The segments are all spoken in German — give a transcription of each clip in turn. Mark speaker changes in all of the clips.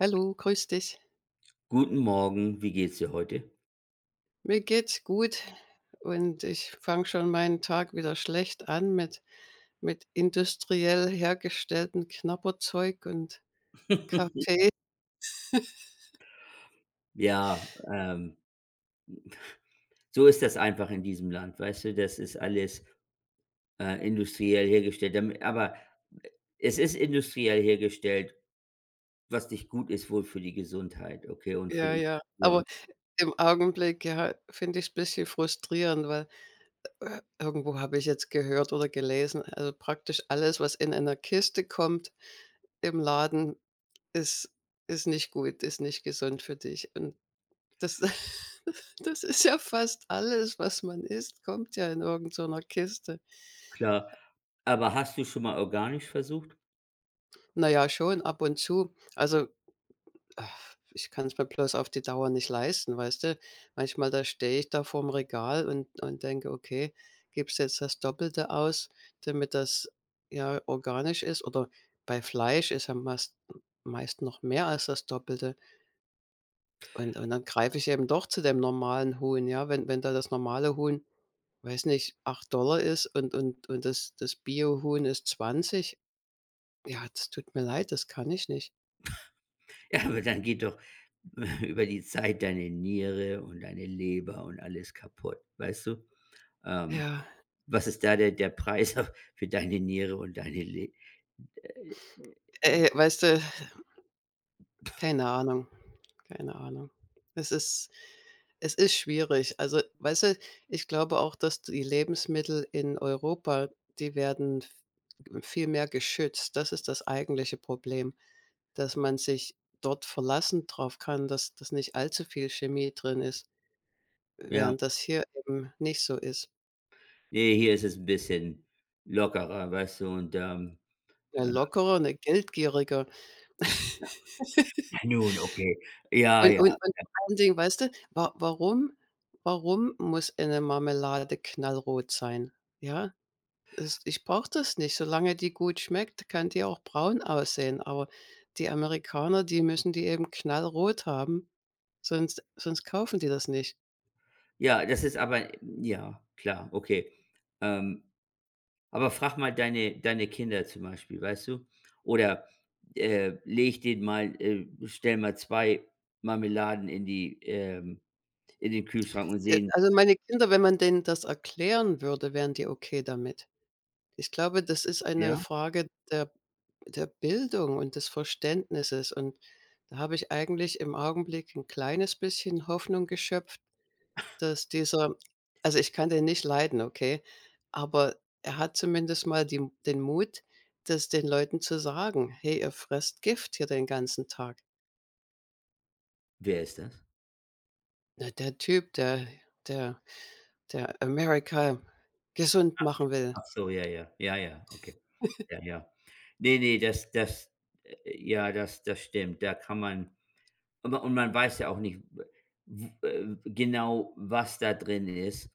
Speaker 1: Hallo, grüß dich.
Speaker 2: Guten Morgen, wie geht's dir heute?
Speaker 1: Mir geht's gut und ich fange schon meinen Tag wieder schlecht an mit industriell hergestelltem Knapperzeug und Kaffee.
Speaker 2: Ja, so ist das einfach in diesem Land, weißt du? Das ist alles, industriell hergestellt, damit aber es ist industriell hergestellt, was nicht gut ist wohl für die Gesundheit, okay, und für
Speaker 1: Ja,
Speaker 2: die
Speaker 1: ja.
Speaker 2: Natur, und
Speaker 1: Aber
Speaker 2: so,
Speaker 1: im Augenblick, ja, finde ich's bisschen frustrierend, weil, irgendwo habe ich jetzt gehört oder gelesen, also praktisch alles, was in einer Kiste kommt im Laden, ist nicht gut, ist nicht gesund für dich. Und Das das ist ja fast alles, was man isst, kommt ja in irgend so einer Kiste.
Speaker 2: klar. Aber hast du schon mal organisch versucht?
Speaker 1: Na ja, schon ab und zu. Also, ah, ich kann es mir bloß auf die Dauer nicht leisten, weißt du? Manchmal, da stehe ich da vorm Regal und denke: „Okay, gibst jetzt das Doppelte aus, damit das, ja, organisch ist?" Oder bei Fleisch ist ja meist noch mehr als das Doppelte. Und dann greife ich eben doch zu dem normalen Huhn, ja? Wenn da das normale Huhn weiß nicht, 8 Dollar ist und das Bio-Huhn ist 20. Ja, das tut mir leid, das kann ich nicht.
Speaker 2: Ja, aber dann geht doch über die Zeit deine Niere und deine Leber und alles kaputt, weißt du? Ähm,
Speaker 1: Ja,
Speaker 2: was ist da der Preis für deine Niere und deine Leber?
Speaker 1: weißt du, keine Ahnung, keine Ahnung. Es ist schwierig. Also, weißt du, ich glaube auch, dass die Lebensmittel in Europa, die werden v viel mehr geschützt. Das ist das eigentliche Problem, dass man sich dort verlassen drauf kann, dass nicht allzu viel Chemie drin ist,
Speaker 2: Ja.
Speaker 1: während das hier eben nicht so ist.
Speaker 2: Ne, hier ist es ein bisschen lockerer, weißt du, und,
Speaker 1: 'Ne
Speaker 2: äh,
Speaker 1: lockere, 'ne geldgierige.
Speaker 2: nun, okay. Ja,
Speaker 1: Und
Speaker 2: ja.
Speaker 1: und und vor allen Dingen, weißt du, wa warum warum muss eine Marmelade knallrot sein? Ja, es ich brauche das nicht. Solange die gut schmeckt, kann die auch braun aussehen, aber die Amerikaner, die müssen die eben knallrot haben, sonst kaufen die das nicht.
Speaker 2: Ja, das ist aber, ja, klar, okay. Ähm, aber frag mal deine Kinder zum Beispiel, weißt du? Oder, leg denen mal stell mal 2 Marmeladen in die, in den Kühlschrank, und sehen,
Speaker 1: Also, meine Kinder, wenn man denen das erklären würde, wären die okay damit. Ich glaube, das ist eine
Speaker 2: ja?
Speaker 1: Frage der Bildung und des Verständnisses, und da habe ich eigentlich im Augenblick ein kleines bisschen Hoffnung geschöpft, dass dieser — also, ich kann den nicht leiden, okay, aber er hat zumindest mal die den Mut, das den Leuten zu sagen: „Hey, ihr fresst Gift hier den ganzen Tag."
Speaker 2: Wer ist das?
Speaker 1: Na, der Typ, der der der Amerika gesund machen will.
Speaker 2: Ach so, ja, ja. Ja, ja, okay. Ja, ja. Ne, ne, das das ja, das stimmt. Da kann man. Aber man weiß ja auch nicht, w genau, was da drin ist.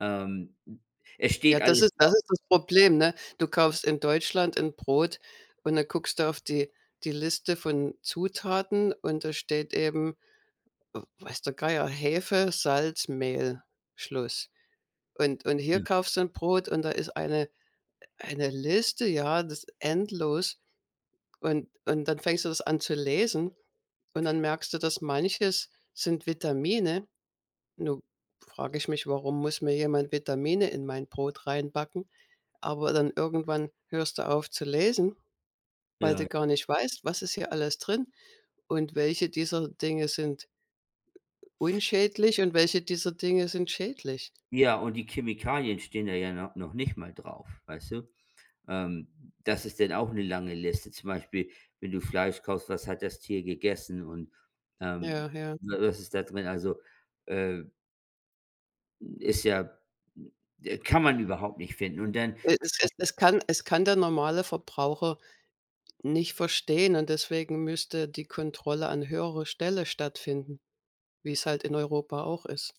Speaker 2: Ähm, es
Speaker 1: Ja,
Speaker 2: steht
Speaker 1: das
Speaker 2: alles
Speaker 1: ist
Speaker 2: drauf,
Speaker 1: das Problem, ne? Du kaufst in Deutschland 'n Brot und dann guckst du auf die Liste von Zutaten, und da steht eben, w weiß der Geier, Hefe, Salz, Mehl, Schluss. Und hier
Speaker 2: ja,
Speaker 1: kaufst du 'n Brot und da ist eine Liste, ja, das endlos. Und dann fängst du das an zu lesen und dann merkst du, dass manches sind Vitamine. Nun frage ich mich, warum muss mir jemand Vitamine in mein Brot reinbacken? Aber dann irgendwann hörst du auf zu lesen, weil du
Speaker 2: ja.
Speaker 1: gar nicht weißt, was ist hier alles drin und welche dieser Dinge sind unschädlich und welche dieser Dinge sind schädlich.
Speaker 2: Ja, und die Chemikalien stehen da ja, noch nicht mal drauf, weißt du? Das ist dann auch eine lange Liste. Zum Beispiel, wenn du Fleisch kaufst, was hat das Tier gegessen und, ähm,
Speaker 1: Ja, ja.
Speaker 2: wa was ist da drin? Also, äh, ist ja, kann man überhaupt nicht finden. Und dann.
Speaker 1: E es es es kann der normale Verbraucher nicht verstehen, und deswegen müsste die Kontrolle an höherer Stelle stattfinden, wie es halt in Europa auch ist.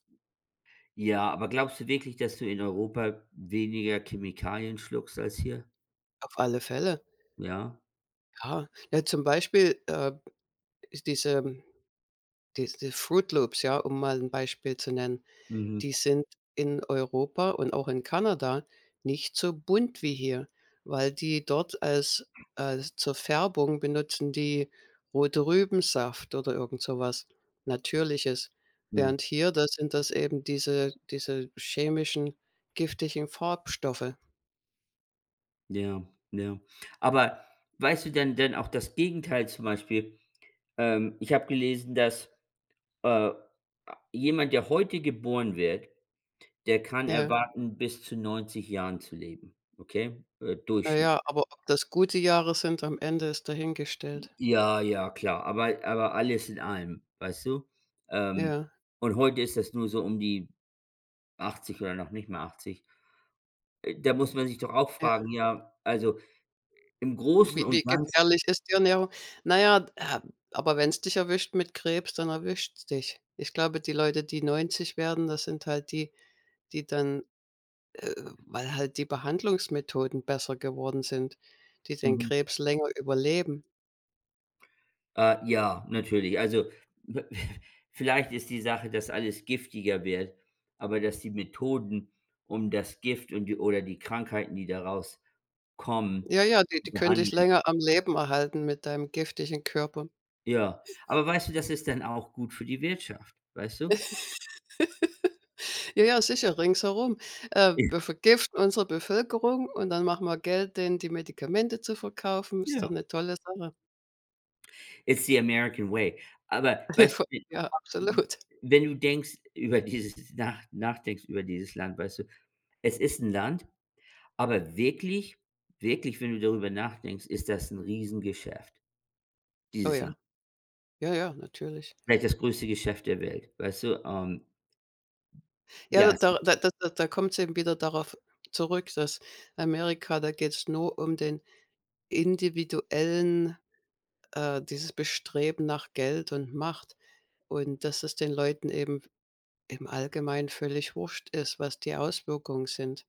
Speaker 2: Ja, aber glaubst du wirklich, dass du in Europa weniger Chemikalien schluckst als hier?
Speaker 1: Auf alle Fälle,
Speaker 2: Ja.
Speaker 1: ja. Ja, zum Beispiel, diese Fruit Loops, ja, um mal ein Beispiel zu nennen. Die
Speaker 2: Mhm.
Speaker 1: sind in Europa und auch in Kanada nicht so bunt wie hier, weil die dort als zur Färbung benutzen die rote Rübensaft oder irgend sowas Natürliches.
Speaker 2: Mhm.
Speaker 1: Während hier, da sind das eben diese chemischen, giftigen Farbstoffe.
Speaker 2: Ja, ja. Aber weißt du denn auch das Gegenteil zum Beispiel? Ich habe gelesen, dass, äh, jemand, der heute geboren wird, der kann
Speaker 1: Ja.
Speaker 2: erwarten, bis zu 90 Jahren zu leben, okay?
Speaker 1: Na
Speaker 2: Durchschnitt.
Speaker 1: ja, aber ob das gute Jahre sind, am Ende ist dahingestellt.
Speaker 2: Ja, ja, klar, aber alles in allem, weißt du?
Speaker 1: Ja,
Speaker 2: Ähm,
Speaker 1: ja.
Speaker 2: und heute ist das nur so um die 80 oder noch nicht mal 80. Da muss man sich doch auch fragen, ja, also im Großen
Speaker 1: Wie
Speaker 2: und
Speaker 1: wie
Speaker 2: Ganzen.
Speaker 1: gefährlich ist die Ernährung? Na ja, aber wenn es dich erwischt mit Krebs, dann erwischt's dich. Ich glaube, die Leute, die 90 werden, das sind halt die, die dann, äh, weil halt die Behandlungsmethoden besser geworden sind, die den
Speaker 2: Mhm.
Speaker 1: Krebs länger überleben.
Speaker 2: Ja, natürlich. Also, w vielleicht ist die Sache, dass alles giftiger wird, aber dass die Methoden, um das Gift und die oder die Krankheiten, die daraus kommen,
Speaker 1: Ja, ja, die die können dich
Speaker 2: behandeln.
Speaker 1: länger am Leben erhalten mit deinem giftigen Körper.
Speaker 2: Ja, aber weißt du, das ist dann auch gut für die Wirtschaft, weißt du?
Speaker 1: Ja, ja, sicher, ringsherum. Wir vergiften unsere Bevölkerung und dann machen wir Geld, denen die Medikamente zu verkaufen. Ist doch
Speaker 2: Ja.
Speaker 1: eine tolle Sache.
Speaker 2: It's the American way. Aber weißt du, w
Speaker 1: Ja, absolut.
Speaker 2: wenn du denkst über dieses nach nachdenkst über dieses Land, weißt du, es ist ein Land. Aber wirklich, wirklich, wenn du darüber nachdenkst, ist das ein Riesengeschäft,
Speaker 1: Oh
Speaker 2: dieses Land.
Speaker 1: ja. Ja, ja, natürlich.
Speaker 2: Vielleicht das größte Geschäft der Welt, weißt du?
Speaker 1: Ja, da
Speaker 2: Ja, es.
Speaker 1: da da da da da kommt's eben wieder darauf zurück, dass Amerika — da geht's nur um den individuellen, dieses Bestreben nach Geld und Macht, und dass es den Leuten eben im Allgemeinen völlig wurscht ist, was die Auswirkungen sind.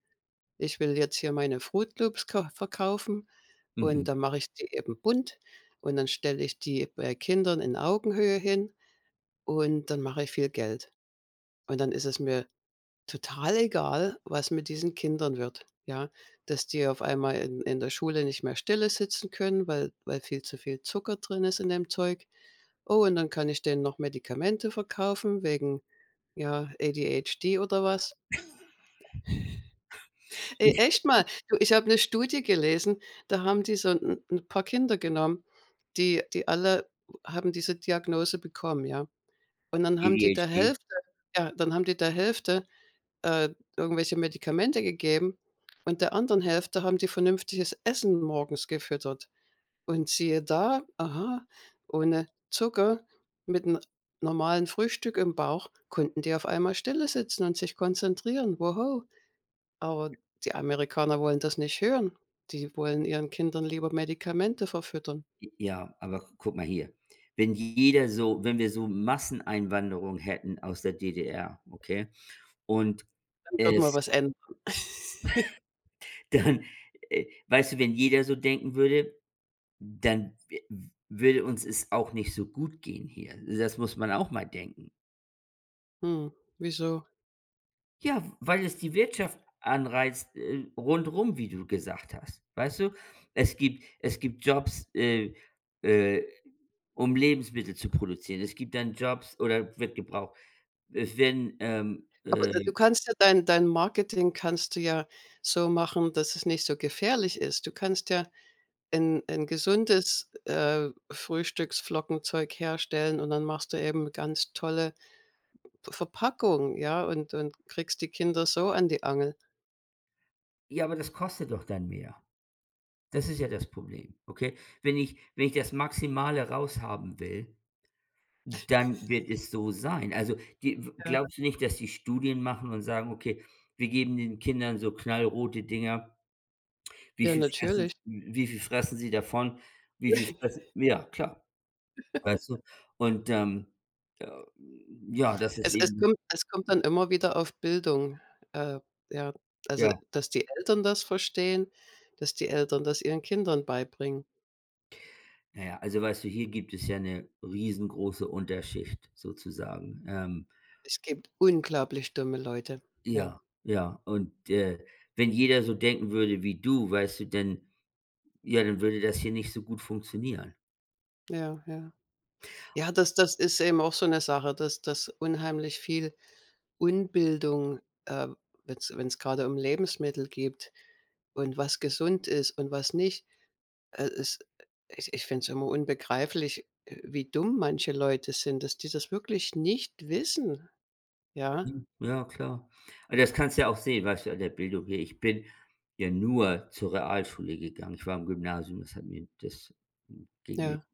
Speaker 1: Ich will jetzt hier meine Froot Loops ka verkaufen
Speaker 2: Mhm,
Speaker 1: und dann mache ich die eben bunt und dann stelle ich die bei Kindern in Augenhöhe hin und dann mache ich viel Geld. Und dann ist es mir total egal, was mit diesen Kindern wird, ja? Dass die auf einmal in der Schule nicht mehr Stille sitzen können, weil viel zu viel Zucker drin ist in dem Zeug. Oh, und dann kann ich denen noch Medikamente verkaufen wegen, ja, ADHD oder was. Ey, echt mal, du, ich habe eine Studie gelesen, da haben die so ein 'n paar Kinder genommen, die die alle haben diese Diagnose bekommen, ja? Und dann haben die der
Speaker 2: ADHD.
Speaker 1: Hälfte Ja, dann haben die der Hälfte äh, irgendwelche Medikamente gegeben und der anderen Hälfte haben die vernünftiges Essen morgens gefüttert. Und siehe da, aha, ohne Zucker, mit einem normalen Frühstück im Bauch konnten die auf einmal stille sitzen und sich konzentrieren. Woho. Aber die Amerikaner wollen das nicht hören. Die wollen ihren Kindern lieber Medikamente verfüttern.
Speaker 2: Ja, aber guck mal hier. Wenn wir so Masseneinwanderung hätten aus der DDR, okay? Und
Speaker 1: Dann würden wir
Speaker 2: es
Speaker 1: was ändern.
Speaker 2: dann, weißt du, wenn jeder so denken würde, dann w würde uns es auch nicht so gut gehen hier. Das muss man auch mal denken.
Speaker 1: Hm, wieso?
Speaker 2: Ja, weil es die Wirtschaft anreizt, rundrum, wie du gesagt hast. Weißt du? Es gibt Jobs, äh, um Lebensmittel zu produzieren. Es gibt dann Jobs oder wird gebraucht. Es werden,
Speaker 1: Aber d du kannst ja dein Marketing kannst du ja so machen, dass es nicht so gefährlich ist. Du kannst ja 'n gesundes, Frühstücksflockenzeug herstellen, und dann machst du eben ganz tolle P Verpackung, ja, und kriegst die Kinder so an die Angel.
Speaker 2: ja, aber das kostet doch dann mehr. Das ist ja das Problem, okay? Wenn ich das Maximale raushaben will, dann wird es so sein. Also, die w
Speaker 1: Ja,
Speaker 2: glaubst du nicht, dass die Studien machen und sagen: „Okay, wir geben den Kindern so knallrote Dinger.“
Speaker 1: ja, natürlich.
Speaker 2: wie viel fressen sie davon? Wie viel fressen ja, klar, weißt du? Und, äh, ja, das ist
Speaker 1: Es es
Speaker 2: eben,
Speaker 1: kommt es kommt dann immer wieder auf Bildung, äh, ja. Also,
Speaker 2: ja,
Speaker 1: dass die Eltern das verstehen, dass die Eltern das ihren Kindern beibringen.
Speaker 2: na ja, also, weißt du, hier gibt es ja 'ne riesengroße Unterschicht sozusagen.
Speaker 1: Es gibt unglaublich dumme Leute. Ja,
Speaker 2: Ja, ja, und, wenn jeder so denken würde wie du, weißt du, dann, ja, dann würde das hier nicht so gut funktionieren.
Speaker 1: ja, ja. Ja, das ist eben auch so eine Sache, dass unheimlich viel Unbildung, äh, wenn's grade um Lebensmittel geht und was gesund ist und was nicht. Es Ich finde es immer unbegreiflich, wie dumm manche Leute sind, dass die das wirklich nicht wissen. Ja,
Speaker 2: Mhm. Ja, klar. Aber das kannst du ja auch sehen, weißt du, an der Bildung hier. Ich bin ja nur zur Realschule gegangen. Ich war im Gymnasium, das hat mir das ging nicht.
Speaker 1: ja,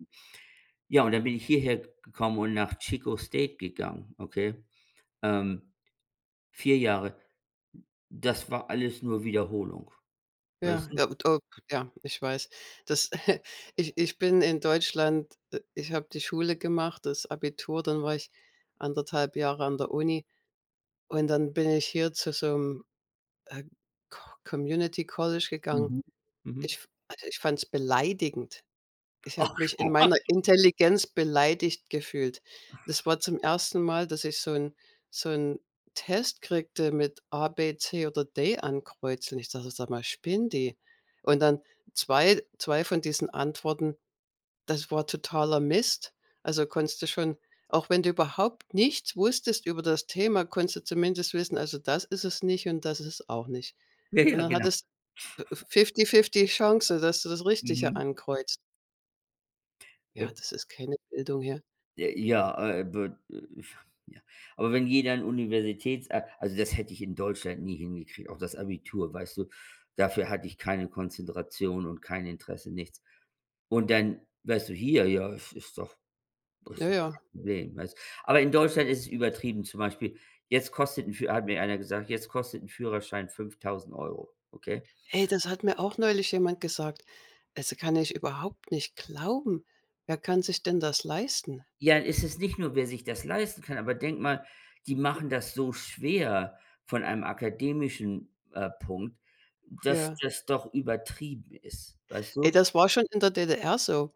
Speaker 2: Ja, und dann bin ich hierher gekommen und nach Chico State gegangen, okay? Ähm, 4 Jahre. Das war alles nur Wiederholung,
Speaker 1: ja,
Speaker 2: weißt du?
Speaker 1: ja, und oh, ja, ich weiß. Das Ich bin in Deutschland — ich habe die Schule gemacht, das Abitur, dann war ich anderthalb Jahre an der Uni und dann bin ich hier zu so, äh, Co Community College gegangen.
Speaker 2: Mhm.
Speaker 1: Ich
Speaker 2: Mhm.
Speaker 1: f Also, ich fand's beleidigend. Ich habe
Speaker 2: Ach,
Speaker 1: mich in
Speaker 2: komm.
Speaker 1: meiner Intelligenz beleidigt gefühlt. Das war zum ersten Mal, dass ich so 'n so 'n Test kriegte mit A, B, C oder D ankreuzen. Ich dachte: „Sag mal, spinnen die?" Und dann, zwei von diesen Antworten, das war totaler Mist. Also, konntest du schon, auch wenn du überhaupt nichts wusstest über das Thema, konntest du zumindest wissen: „Also, das ist es nicht und das ist es auch nicht."
Speaker 2: Ja,
Speaker 1: Und
Speaker 2: ja,
Speaker 1: dann
Speaker 2: genau.
Speaker 1: hattest f fifty-fifty Chance, dass du das Richtige
Speaker 2: Mhm.
Speaker 1: ankreuzt.
Speaker 2: Äh,
Speaker 1: Ja, das ist keine Bildung hier.
Speaker 2: ja, ja, be ja. Aber wenn jeder ein Universitäts a also, das hätte ich in Deutschland nie hingekriegt, auch das Abitur, weißt du? Dafür hatte ich keine Konzentration und kein Interesse, nichts. Und dann, weißt du, hier, ja, es ist doch
Speaker 1: Ja,
Speaker 2: ist doch
Speaker 1: ja.
Speaker 2: kein Problem, weißt. Aber in Deutschland ist es übertrieben. Zum Beispiel, jetzt kostet ein Fü hat mir einer gesagt: „Jetzt kostet ein Führerschein 5.000 Euro, okay?“
Speaker 1: Ey, das hat mir auch neulich jemand gesagt. Also, kann ich überhaupt nicht glauben. Wer kann sich denn das leisten?
Speaker 2: Ja, es ist nicht nur, wer sich das leisten kann, aber denk mal, die machen das so schwer von einem akademischen, Punkt, dass
Speaker 1: Ja.
Speaker 2: das doch übertrieben ist, weißt
Speaker 1: Ey,
Speaker 2: du?
Speaker 1: das war schon in der DDR so.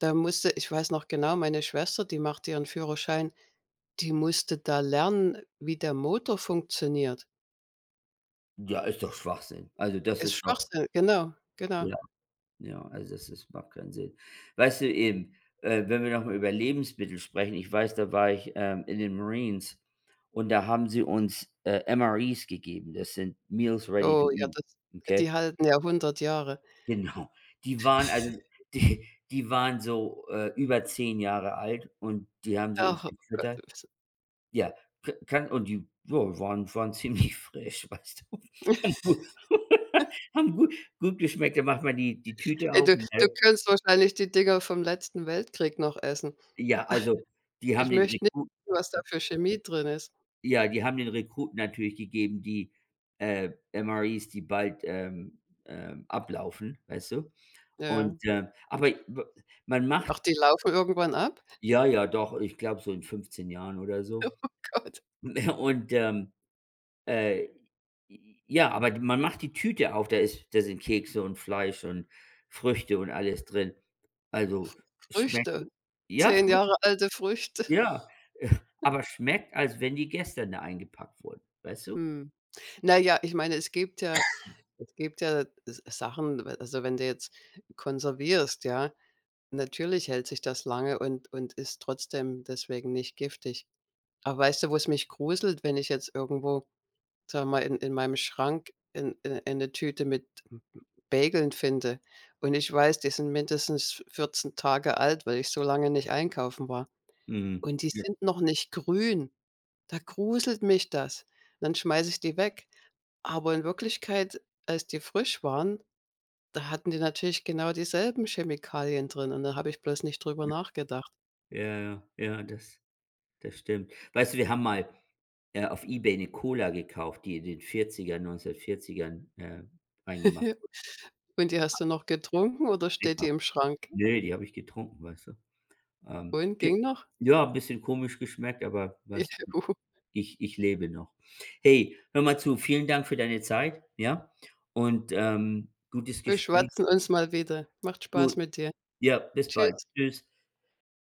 Speaker 1: Da musste ich — weiß noch genau, meine Schwester, die machte ihren Führerschein. Die musste da lernen, wie der Motor funktioniert.
Speaker 2: Ja, ist doch Schwachsinn. Also, das
Speaker 1: Ist
Speaker 2: ist doch,
Speaker 1: Schwachsinn, genau, genau.
Speaker 2: ja, ja, also, das ist macht keinen Sinn. Weißt du eben, wenn wir noch mal über Lebensmittel sprechen, ich weiß, da war ich, in den Marines, und da haben sie uns, MREs gegeben. Das sind Meals Ready to
Speaker 1: Oh ja,
Speaker 2: Eat,
Speaker 1: das
Speaker 2: okay?
Speaker 1: die halten ja 100 Jahre.
Speaker 2: Genau. Die waren also die waren so, über 10 Jahre alt, und die haben sie
Speaker 1: Ach,
Speaker 2: uns
Speaker 1: oh Gott.
Speaker 2: gefüttert. Ja, ka kann, und die, ja, waren ziemlich frisch, weißt du? Haben gut haben gut geschmeckt. Da macht man die Tüte
Speaker 1: Ey,
Speaker 2: auf, ne?
Speaker 1: du könntest wahrscheinlich die Dinger vom letzten Weltkrieg noch essen.
Speaker 2: Ja, also, die
Speaker 1: Ich
Speaker 2: haben den
Speaker 1: möchte nicht
Speaker 2: Rekruten
Speaker 1: wissen, was da für Chemie drin ist.
Speaker 2: ja, die haben den Rekruten natürlich gegeben, die, MREs, die bald, ablaufen, weißt du?
Speaker 1: Ja.
Speaker 2: Und, aber w man macht.
Speaker 1: Ach, die laufen irgendwann ab?
Speaker 2: Ja, ja, doch, ich glaube so in 15 Jahren oder so.
Speaker 1: Gott,
Speaker 2: Und, äh, ja, aber d man macht die Tüte auf, da ist da sind Kekse und Fleisch und Früchte und alles drin. Also, schmeckt,
Speaker 1: Früchte,
Speaker 2: ja,
Speaker 1: 10
Speaker 2: frisch,
Speaker 1: Jahre alte Früchte.
Speaker 2: ja, aber schmeckt, als wenn die gestern da eingepackt wurden, weißt du?
Speaker 1: Hm. Na ja, ich meine, es gibt ja S Sachen, we also, wenn du jetzt konservierst, ja, natürlich hält sich das lange und ist trotzdem deswegen nicht giftig. Aber weißt du, wo es mich gruselt, wenn ich jetzt irgendwo, sagen wir mal, in meinem Schrank in eine Tüte mit Bageln finde und ich weiß, die sind mindestens 14 Tage alt, weil ich so lange nicht einkaufen war,
Speaker 2: Mhm.
Speaker 1: und die
Speaker 2: Ja,
Speaker 1: sind noch nicht grün. Da gruselt mich das. Dann schmeiße ich die weg. Aber in Wirklichkeit, als die frisch waren, da hatten die natürlich genau dieselben Chemikalien drin und da habe ich bloß nicht drüber nachgedacht.
Speaker 2: ja, ja, ja, das stimmt. Weißt du, wir haben mal, auf eBay eine Cola gekauft, die in den 40ern 1940ern, reingemacht
Speaker 1: Und die hast du noch getrunken oder steht die
Speaker 2: wurde.
Speaker 1: im Schrank?
Speaker 2: Ne, die habe ich getrunken, weißt du?
Speaker 1: Und,
Speaker 2: J
Speaker 1: ging noch?
Speaker 2: ja, bisschen komisch geschmeckt, aber
Speaker 1: Ich,
Speaker 2: was?
Speaker 1: uh,
Speaker 2: Ich lebe noch. Hey, hör mal zu, vielen Dank für deine Zeit, ja? Und, gutes
Speaker 1: wir
Speaker 2: Gespräch.
Speaker 1: schwatzen uns mal wieder. Macht Spaß
Speaker 2: Gut,
Speaker 1: mit dir.
Speaker 2: ja, bis bald.
Speaker 1: Tschüss.
Speaker 2: Tschüss.